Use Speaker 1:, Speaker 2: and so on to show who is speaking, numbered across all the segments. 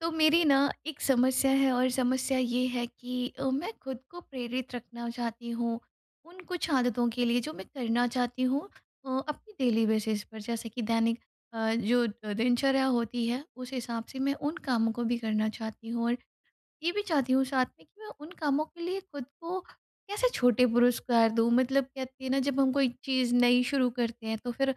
Speaker 1: तो मेरी ना एक समस्या है, और समस्या ये है कि मैं खुद को प्रेरित रखना चाहती हूँ उन कुछ आदतों के लिए जो मैं करना चाहती हूँ अपनी डेली बेसिस पर, जैसे कि दैनिक जो दिनचर्या होती है उस हिसाब से मैं उन कामों को भी करना चाहती हूँ, और ये भी चाहती हूँ साथ में कि मैं उन कामों के लिए खुद को कैसे छोटे पुरस्कार दूँ। मतलब कहते हैं ना, जब हम कोई चीज़ नई शुरू करते हैं तो फिर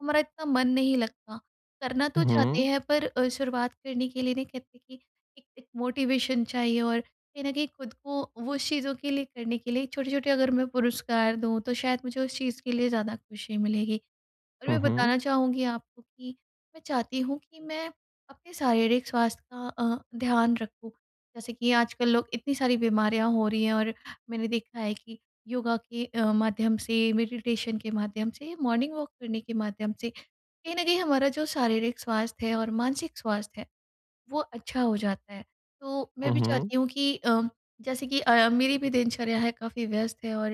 Speaker 1: हमारा इतना मन नहीं लगता। करना तो
Speaker 2: हुँ,
Speaker 1: चाहते
Speaker 2: हुँ।
Speaker 1: हैं पर शुरुआत करने के लिए नहीं कहते कि एक एक मोटिवेशन चाहिए, और कहीं न कहीं खुद को वो उस चीज़ों के लिए करने के लिए छोटे-छोटे अगर मैं पुरस्कार दूँ तो शायद मुझे उस चीज़ के लिए ज़्यादा खुशी मिलेगी। और
Speaker 2: हुँ,
Speaker 1: मैं
Speaker 2: हुँ।
Speaker 1: बताना चाहूँगी आपको कि मैं चाहती हूँ कि मैं अपने शारीरिक स्वास्थ्य का ध्यान रखूँ। जैसे कि आजकल लोग इतनी सारी बीमारियाँ हो रही हैं, और मैंने देखा है कि योगा के माध्यम से, मेडिटेशन के माध्यम से, मॉर्निंग वॉक करने के माध्यम से, कहीं न कहीं हमारा जो शारीरिक स्वास्थ्य है और मानसिक स्वास्थ्य है वो अच्छा हो जाता है। तो मैं
Speaker 2: हुँ,
Speaker 1: भी
Speaker 2: हुँ।
Speaker 1: चाहती हूँ कि जैसे कि मेरी भी दिनचर्या है, काफ़ी व्यस्त है, और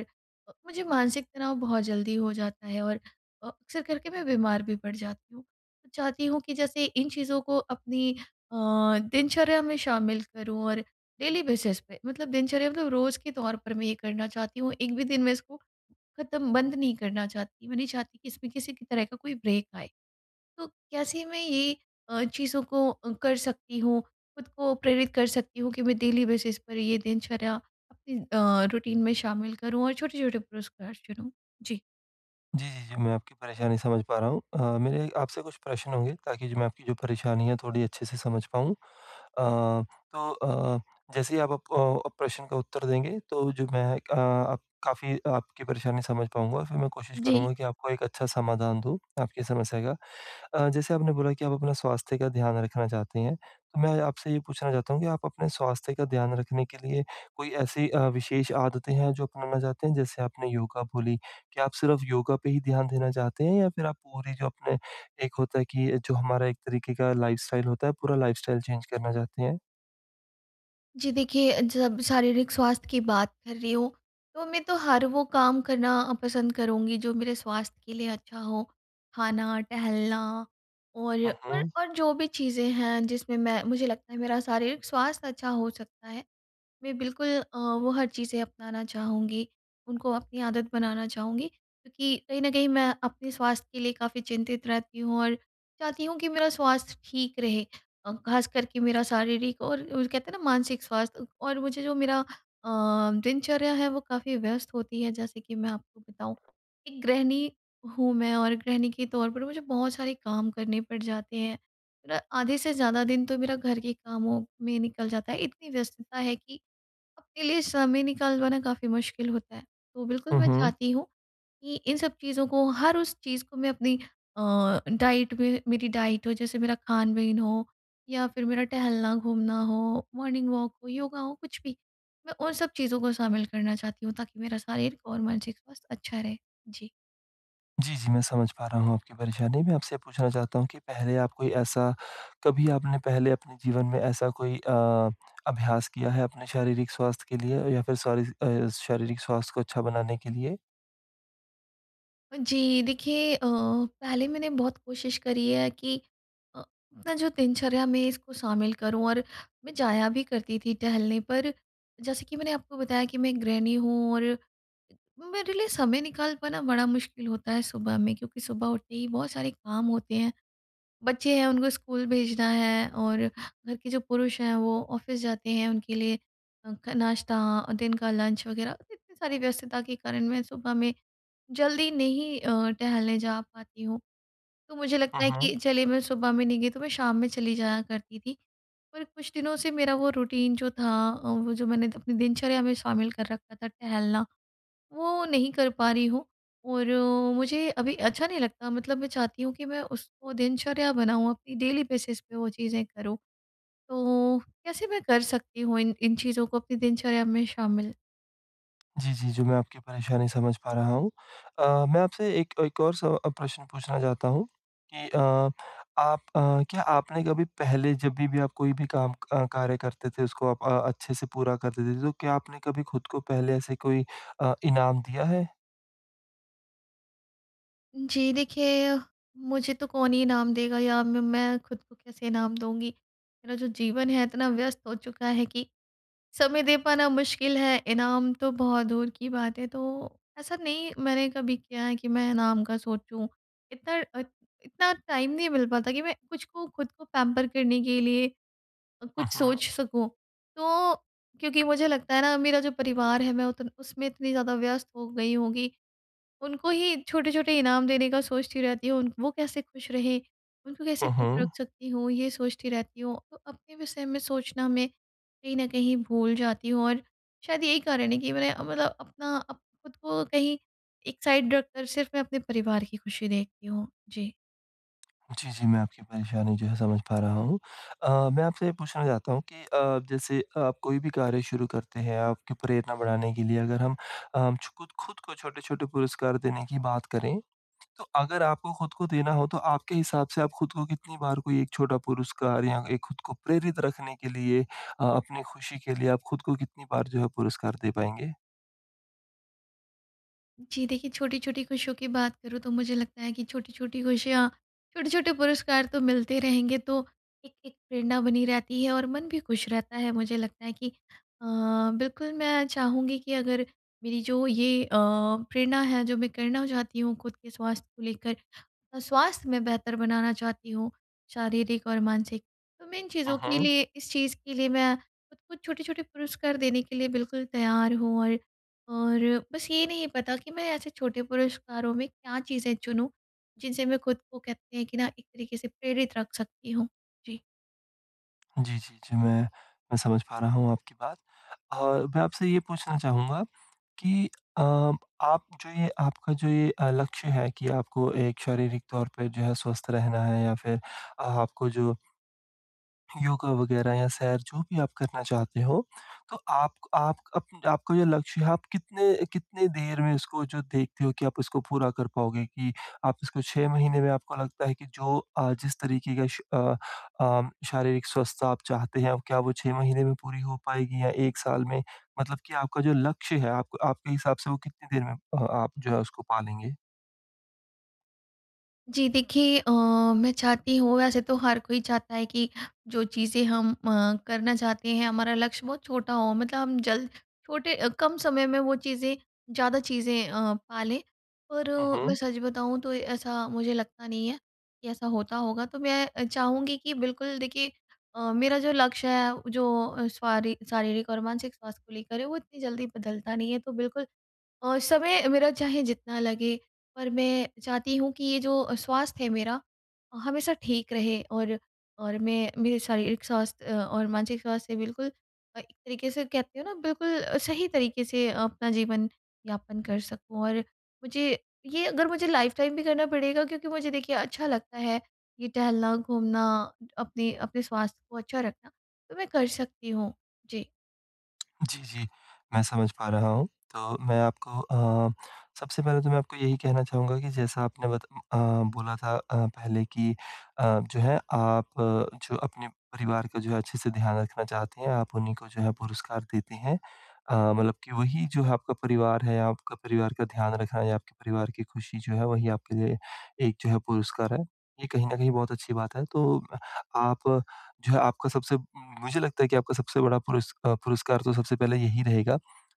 Speaker 1: मुझे मानसिक तनाव बहुत जल्दी हो जाता है, और अक्सर करके मैं बीमार भी पड़ जाती हूँ। तो चाहती हूँ कि जैसे इन चीज़ों को अपनी अ, दिनचर्या में शामिल करूँ, और डेली बेसिस पे मतलब दिनचर्या मतलब रोज़ के तौर पर मैं ये करना चाहती हूँ। एक भी दिन मैं इसको खत्म बंद नहीं करना चाहती। मैं नहीं चाहती कि इसमें किसी की तरह का कोई ब्रेक आए। तो कैसे मैं ये चीज़ों को कर सकती हूँ, खुद को प्रेरित कर सकती हूँ कि मैं डेली बेसिस पर ये दिनचर्या अपनी रूटीन में शामिल करूँ और छोटे-छोटे पुरस्कार चुनूँ? जी।
Speaker 2: जी, जी, जी, मैं आपकी परेशानी समझ पा रहा हूँ। मेरे आपसे कुछ प्रश्न होंगे ताकि जो मैं आपकी जो परेशानी है थोड़ी अच्छे से समझ पाऊँ। तो जैसे ही आप प्रश्न का उत्तर देंगे तो जो मैं आप काफ़ी आपकी परेशानी समझ पाऊँगा, फिर मैं कोशिश
Speaker 1: जी।
Speaker 2: करूँगा कि आपको एक अच्छा समाधान दूँ आपकी समस्या का। जैसे आपने बोला कि आप अपना स्वास्थ्य का ध्यान रखना चाहते हैं, तो मैं आपसे ये पूछना चाहता हूँ कि आप अपने स्वास्थ्य का ध्यान रखने के लिए कोई ऐसी विशेष आदतें हैं जो अपनाना चाहते हैं? जैसे आपने योगा बोली, क्या आप सिर्फ़ योगा पे ही ध्यान देना चाहते हैं या फिर आप पूरी जो अपने एक होता है कि जो हमारा एक तरीके का लाइफ़स्टाइल होता है, पूरा लाइफ़स्टाइल चेंज करना चाहते हैं?
Speaker 1: जी, देखिए, जब शारीरिक स्वास्थ्य की बात कर रही हूँ, तो मैं तो हर वो काम करना पसंद करूँगी जो मेरे स्वास्थ्य के लिए अच्छा हो। खाना, टहलना और
Speaker 2: हुँ, हुँ।
Speaker 1: जो भी चीज़ें हैं जिसमें मैं मुझे लगता है मेरा शारीरिक स्वास्थ्य अच्छा हो सकता है, मैं बिल्कुल वो हर चीज़ें अपनाना चाहूँगी, उनको अपनी आदत बनाना चाहूँगी, क्योंकि कहीं न कहीं मैं अपने स्वास्थ्य के लिए काफ़ी चिंतित रहती हूँ और चाहती हूँ कि मेरा स्वास्थ्य ठीक रहे। ख़ास करके मेरा शारीरिक और वो कहते हैं ना मानसिक स्वास्थ्य, और मुझे जो मेरा अ, दिनचर्या है वो काफ़ी व्यस्त होती है। जैसे कि मैं आपको बताऊँ, एक गृहिणी हूँ मैं, और गृहिणी के तौर पर मुझे बहुत सारे काम करने पड़ जाते हैं। मेरा आधे से ज़्यादा दिन तो मेरा घर के कामों में निकल जाता है, इतनी व्यस्तता है कि अपने लिए समय निकालवाना काफ़ी मुश्किल होता है। तो बिल्कुल
Speaker 2: हुँ,
Speaker 1: मैं
Speaker 2: हुँ।
Speaker 1: चाहती हूँ कि इन सब चीज़ों को, हर उस चीज़ को मैं अपनी डाइट में, मेरी डाइट हो जैसे, मेरा खान-पीन हो या फिर मेरा टहलना-घूमना हो, मॉर्निंग वॉक हो, योगा हो, कुछ भी। मैं उन सब चीज़ों को शामिल करना चाहती हूँ ताकि मेरा शारीरिक और मानसिक स्वास्थ्य अच्छा रहे। जी।
Speaker 2: जी, जी, मैं समझ पा रहा हूँ आपकी परेशानी। मैं आपसे पूछना चाहता हूँ कि पहले आप कोई ऐसा कभी आपने पहले अपने जीवन में ऐसा कोई अभ्यास किया है अपने शारीरिक स्वास्थ्य के लिए या फिर सॉरी शारीरिक स्वास्थ्य को अच्छा बनाने के लिए?
Speaker 1: जी देखिए, पहले मैंने बहुत कोशिश करी है कि अपना जो दिनचर्या में इसको शामिल करूं, और मैं जाया भी करती थी टहलने पर, जैसे कि मैंने आपको बताया कि मैं गृहिणी हूं, और मेरे लिए समय निकाल पाना बड़ा मुश्किल होता है सुबह में, क्योंकि सुबह उठते ही बहुत सारे काम होते हैं, बच्चे हैं उनको स्कूल भेजना है, और घर के जो पुरुष हैं वो ऑफिस जाते हैं, उनके लिए नाश्ता, दिन का लंच वगैरह, इतनी सारी व्यस्तता के कारण मैं सुबह में जल्दी नहीं टहलने जा पाती हूँ। तो मुझे
Speaker 2: हुँ,
Speaker 1: लगता है कि
Speaker 2: हुँ।
Speaker 1: चलिए, मैं सुबह में नहीं गई तो मैं शाम में चली जाया करती थी। पर कुछ दिनों से मेरा वो रूटीन जो था, वो जो मैंने अपनी दिनचर्या में शामिल कर रखा था, टहलना, वो नहीं कर पा रही हूँ, और मुझे अभी अच्छा नहीं लगता। मतलब मैं चाहती हूँ कि मैं उसको दिनचर्या बनाऊँ, अपनी डेली बेसिस पे वो चीज़ें करूँ। तो कैसे मैं कर सकती हूँ इन इन चीज़ों को अपनी दिनचर्या में शामिल?
Speaker 2: जी, जी, जी, मैं आपकी परेशानी समझ पा रहा हूँ। मैं आपसे एक एक और प्रश्न पूछना चाहता हूँ कि आप क्या आपने कभी पहले जब भी आप कोई भी काम कार्य करते थे, उसको आप अच्छे से पूरा करते थे, तो क्या आपने कभी खुद को पहले ऐसे कोई इनाम दिया है?
Speaker 1: जी देखिए, मुझे तो कौन ही नाम देगा, या मैं खुद को कैसे नाम दूँगी। मेरा जो जीवन है इतना व्यस्त हो चुका है कि समय दे पाना मुश्किल है, इनाम तो बहुत दूर की बात है। तो ऐसा नहीं मैंने कभी किया है कि मैं इनाम का सोचूँ। इतना अ, इतना टाइम नहीं मिल पाता कि मैं कुछ को खुद को पैम्पर करने के लिए
Speaker 2: हुँ,
Speaker 1: कुछ
Speaker 2: हुँ।
Speaker 1: सोच सकूँ। तो क्योंकि मुझे लगता है ना, मेरा जो परिवार है मैं उतन उसमें इतनी ज़्यादा व्यस्त हो गई होंगी, उनको ही छोटे-छोटे इनाम देने का सोचती रहती हूँ, उन वो कैसे खुश रहें, उनको कैसे
Speaker 2: हुँ,
Speaker 1: खुश रख
Speaker 2: हुँ।
Speaker 1: सकती हूँ, ये सोचती रहती हूँ। तो अपने विषय में सोचना मैं कहीं न कहीं भूल जाती हूँ, और शायद यही कारण है कि मैंने मतलब अपना अप खुद को कहीं एक साइड रखकर सिर्फ़ मैं अपने परिवार की खुशी देखती हूँ। जी।
Speaker 2: जी, जी, मैं आपकी परेशानी जो है समझ पा रहा हूँ। मैं आपसे ये पूछना चाहता हूँ कि जैसे आप कोई भी कार्य शुरू करते हैं, आपकी प्रेरणा बढ़ाने के लिए अगर हम अ, छ खुद खुद को छोटे-छोटे पुरस्कार देने की बात करें, तो अगर आपको खुद को देना हो, तो आपके हिसाब से आप खुद को कितनी बार कोई एक छोटा पुरस्कार या एक खुद को प्रेरित रखने के लिए अपनी खुशी के लिए आप खुद को कितनी बार जो है पुरस्कार दे पाएँगे?
Speaker 1: जी देखिए, छोटी-छोटी खुशियों की बात करूँ तो मुझे लगता है कि छोटी-छोटी खुशियाँ, छोटे-छोटे पुरस्कार तो मिलते रहेंगे, तो एक-एक प्रेरणा बनी रहती है और मन भी खुश रहता है। मुझे लगता है कि अ, बिल्कुल मैं चाहूँगी कि अगर मेरी जो ये प्रेरणा है जो मैं करना चाहती हूँ खुद के स्वास्थ्य को लेकर, अपना स्वास्थ्य मैं बेहतर बनाना चाहती हूँ, शारीरिक और मानसिक। तो मैं इन
Speaker 2: हुँ,
Speaker 1: चीज़ों के
Speaker 2: हुँ।
Speaker 1: लिए, इस चीज़ के लिए मैं खुद को छोटे-छोटे पुरस्कार देने के लिए बिल्कुल तैयार हूँ, और बस ये नहीं पता कि मैं ऐसे छोटे पुरस्कारों में क्या चीज़ें चुनूँ, जिनसे मैं खुद को, कहते हैं कि ना, एक तरीके से प्रेरित रख सकती हूँ। जी।
Speaker 2: जी, जी, जी, मैं समझ पा रहा हूँ आपकी बात। और मैं आपसे ये पूछना चाहूँगा कि अ, आप जो ये आपका जो ये लक्ष्य है कि आपको एक शारीरिक तौर पे जो है स्वस्थ रहना है या फिर आपको जो योगा वगैरह या सैर जो भी आप करना चाहते हो, तो आप अप आपका जो लक्ष्य है, आप कितने कितने देर में इसको जो देखते हो कि आप इसको पूरा कर पाओगे कि आप इसको 6 महीने में आपको लगता है कि जो जिस तरीके का शारीरिक स्वस्थता आप चाहते हैं, क्या वो 6 महीने में पूरी हो पाएगी या 1 साल में? मतलब कि आपका जो लक्ष्य है, आप आपके हिसाब से वो कितनी देर में आप जो है उसको पालेंगे?
Speaker 1: जी देखिए, मैं चाहती हूँ, वैसे तो हर कोई चाहता है कि जो चीज़ें हम करना चाहते हैं हमारा लक्ष्य बहुत छोटा हो, मतलब हम जल्द छोटे कम समय में वो चीज़ें, ज़्यादा चीज़ें पा लें, पर
Speaker 2: हुँ,
Speaker 1: मैं
Speaker 2: हुँ।
Speaker 1: सच बताऊँ तो ऐसा मुझे लगता नहीं है कि ऐसा होता होगा। तो मैं चाहूँगी कि, बिल्कुल देखिए, मेरा जो लक्ष्य है, जो अ, स्वारी शारीरिक और मानसिक स्वास्थ्य को लेकर है, वो इतनी जल्दी बदलता नहीं है, तो बिल्कुल, और समय मेरा चाहे जितना लगे, पर मैं चाहती हूँ कि ये जो स्वास्थ्य है मेरा हमेशा ठीक रहे, और मैं मेरे शारीरिक स्वास्थ्य और मानसिक स्वास्थ्य से बिल्कुल एक तरीके से कहते हो ना, बिल्कुल सही तरीके से अपना जीवन यापन कर सकूं, और मुझे ये, अगर मुझे लाइफ टाइम भी करना पड़ेगा, क्योंकि मुझे देखिए अच्छा लगता है ये टहलना घूमना, अपने अपने स्वास्थ्य को अच्छा रखना, तो मैं कर सकती हूँ। जी।
Speaker 2: जी, जी। मैं समझ पा रहा हूँ। तो मैं आपको सबसे पहले तो मैं आपको यही कहना चाहूँगा कि जैसा आपने बोला था पहले कि अ, जो है आप जो अपने परिवार का जो है अच्छे से ध्यान रखना चाहते हैं, आप उन्हीं को जो है पुरस्कार देते हैं। मतलब कि वही जो है, आपका परिवार का ध्यान रखना या आपके परिवार की खुशी जो है वही आपके लिए एक जो है पुरस्कार है। ये कहीं न कहीं बहुत अच्छी बात है। तो आप जो है आपका सबसे मुझे लगता है कि आपका सबसे बड़ा पुरस्कार तो सबसे पहले यही रहेगा।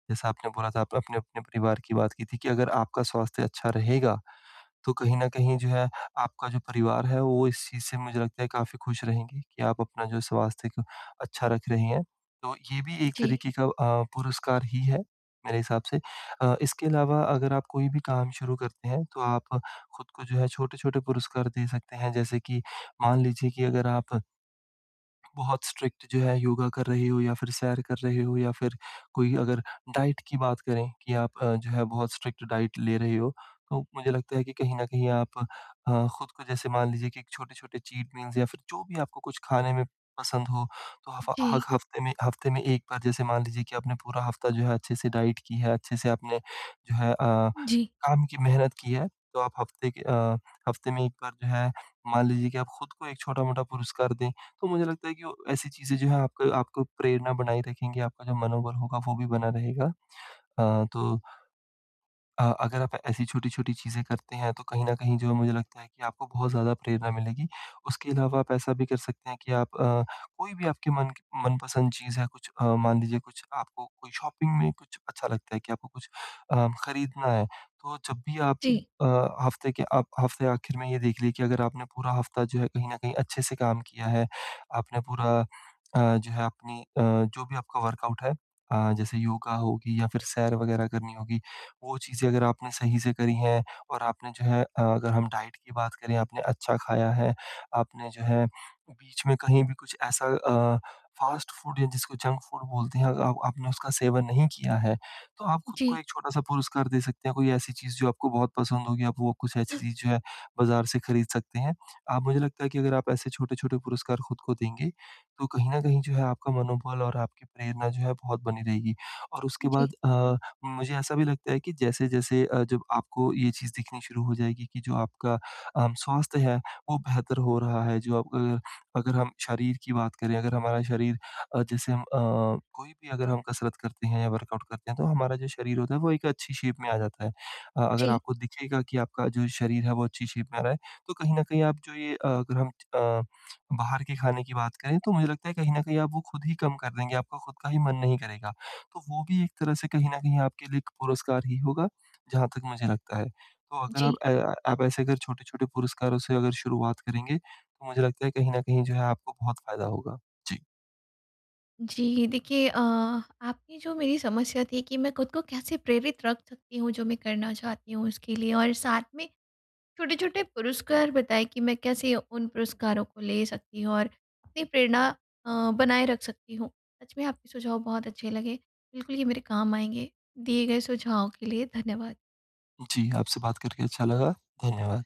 Speaker 2: जैसा आपने बोला था आप अपने अपने परिवार की बात की थी कि अगर आपका स्वास्थ्य अच्छा रहेगा, तो कहीं न कहीं जो है आपका जो परिवार है वो इस चीज़ से मुझे लगता है काफ़ी खुश रहेंगे कि आप अपना जो स्वास्थ्य को अच्छा रख रहे हैं। तो ये भी एक
Speaker 1: जी,
Speaker 2: तरीके का पुरस्कार ही है मेरे हिसाब से। इसके अलावा अगर आप कोई भी काम शुरू करते हैं तो आप खुद को जो है छोटे-छोटे पुरस्कार दे सकते हैं। जैसे कि मान लीजिए कि अगर आप बहुत स्ट्रिक्ट जो है योगा कर रहे हो या फिर सैर कर रहे हो या फिर कोई अगर डाइट की बात करें कि आप जो है बहुत स्ट्रिक्ट डाइट ले रहे हो, तो मुझे लगता है कि कहीं न कहीं आप खुद को जैसे मान लीजिए कि छोटे-छोटे चीट मील्स या फिर जो भी आपको कुछ खाने में पसंद हो, तो
Speaker 1: जी,
Speaker 2: हफ़्ते में 1 बार जैसे मान लीजिए कि आपने पूरा हफ़्ता जो है अच्छे से डाइट की है, अच्छे से आपने जो है
Speaker 1: जी,
Speaker 2: काम की मेहनत की है, तो आप हफ़्ते के हफ़्ते में 1 बार जो है मान लीजिए कि आप खुद को एक छोटा-मोटा पुरस्कार दें तो मुझे लगता है कि वो ऐसी चीज़ें जो है आपको आपको प्रेरणा बनाए रखेंगी, आपका जो मनोबल होगा वो भी बना रहेगा। तो अगर आप ऐसी छोटी-छोटी चीज़ें करते हैं, तो कहीं न कहीं जो मुझे लगता है कि आपको बहुत ज़्यादा प्रेरणा मिलेगी। उसके अलावा आप ऐसा भी कर सकते हैं कि आप कोई भी आपके मन की मनपसंद चीज़ है, कुछ मान लीजिए कुछ आपको कोई शॉपिंग में कुछ अच्छा लगता है कि आपको कुछ खरीदना है, तो जब भी आप
Speaker 1: जी,
Speaker 2: अ, हफ़्ते के आप हफ़्ते आखिर में ये देख लिए कि अगर आपने पूरा हफ़्ता जो है कहीं न कहीं अच्छे से काम किया है, आपने पूरा जो है अपनी जो भी आपका वर्कआउट है जैसे योगा होगी या फिर सैर वगैरह करनी होगी वो चीज़ें अगर आपने सही से करी हैं और आपने जो है अगर हम डाइट की बात करें आपने अच्छा खाया है, आपने जो है बीच में कहीं भी कुछ ऐसा फ़ास्ट फूड या जिसको जंक फूड बोलते हैं अगर आप आपने उसका सेवन नहीं किया है, तो आप खुद को
Speaker 1: जी,
Speaker 2: एक छोटा-सा पुरस्कार दे सकते हैं, कोई ऐसी चीज़ जो आपको बहुत पसंद होगी, आप वो कुछ ऐसी चीज़ जो है बाज़ार से खरीद सकते हैं। आप मुझे लगता है कि अगर आप ऐसे छोटे-छोटे पुरस्कार खुद को देंगे, तो कहीं न कहीं जो है आपका मनोबल और आपकी प्रेरणा जो है बहुत बनी रहेगी और उसके बाद
Speaker 1: जी,
Speaker 2: मुझे ऐसा भी लगता है कि जैसे-जैसे जब आपको ये चीज़ दिखनी शुरू हो जाएगी कि जो आपका स्वास्थ्य है, वो बेहतर हो रहा है, जो आप अगर हम शरीर की बात करें, अगर हमारा शरीर जैसे हम कोई भी अगर हम कसरत करते हैं या वर्कआउट करते हैं, तो हमारा जो शरीर होता है, वो एक अच्छी शेप में आ जाता है। अगर
Speaker 1: जी,
Speaker 2: आपको दिखेगा कि आपका जो शरीर है, वो अच्छी शेप में आ रहा है, तो कहीं न कहीं आप जो ये अगर हम अ, बाहर के खाने की बात करें, तो मुझे लगता है कहीं न कहीं आप वो खुद ही कम कर देंगे, आपका खुद का ही मन नहीं करेगा। तो वो भी एक तरह से कहीं न कहीं आपके लिए एक पुरस्कार ही होगा, जहाँ तक मुझे लगता है। तो अगर
Speaker 1: जी,
Speaker 2: आप ऐसे अगर छोटे-छोटे पुरस्कारों से अगर शुरुआत करेंगे, तो मुझे लगता है कहीं न कहीं जो है आपको बहुत फ़ायदा होगा। जी।
Speaker 1: जी, देखिए, आपकी जो, मेरी समस्या थी कि मैं खुद को कैसे प्रेरित रख सकती हूँ, जो मैं करना चाहती हूँ उसके लिए, और साथ में छोटे-छोटे पुरस्कार बताएँ कि मैं कैसे उन पुरस्कारों को ले सकती हूँ और अपनी प्रेरणा बनाए रख सकती हूँ। सच में आपके सुझाव बहुत अच्छे लगे। बिल्कुल ये मेरे काम आएँगे। दिए गए सुझावों के लिए धन्यवाद।
Speaker 2: जी, आपसे बात करके अच्छा लगा। धन्यवाद।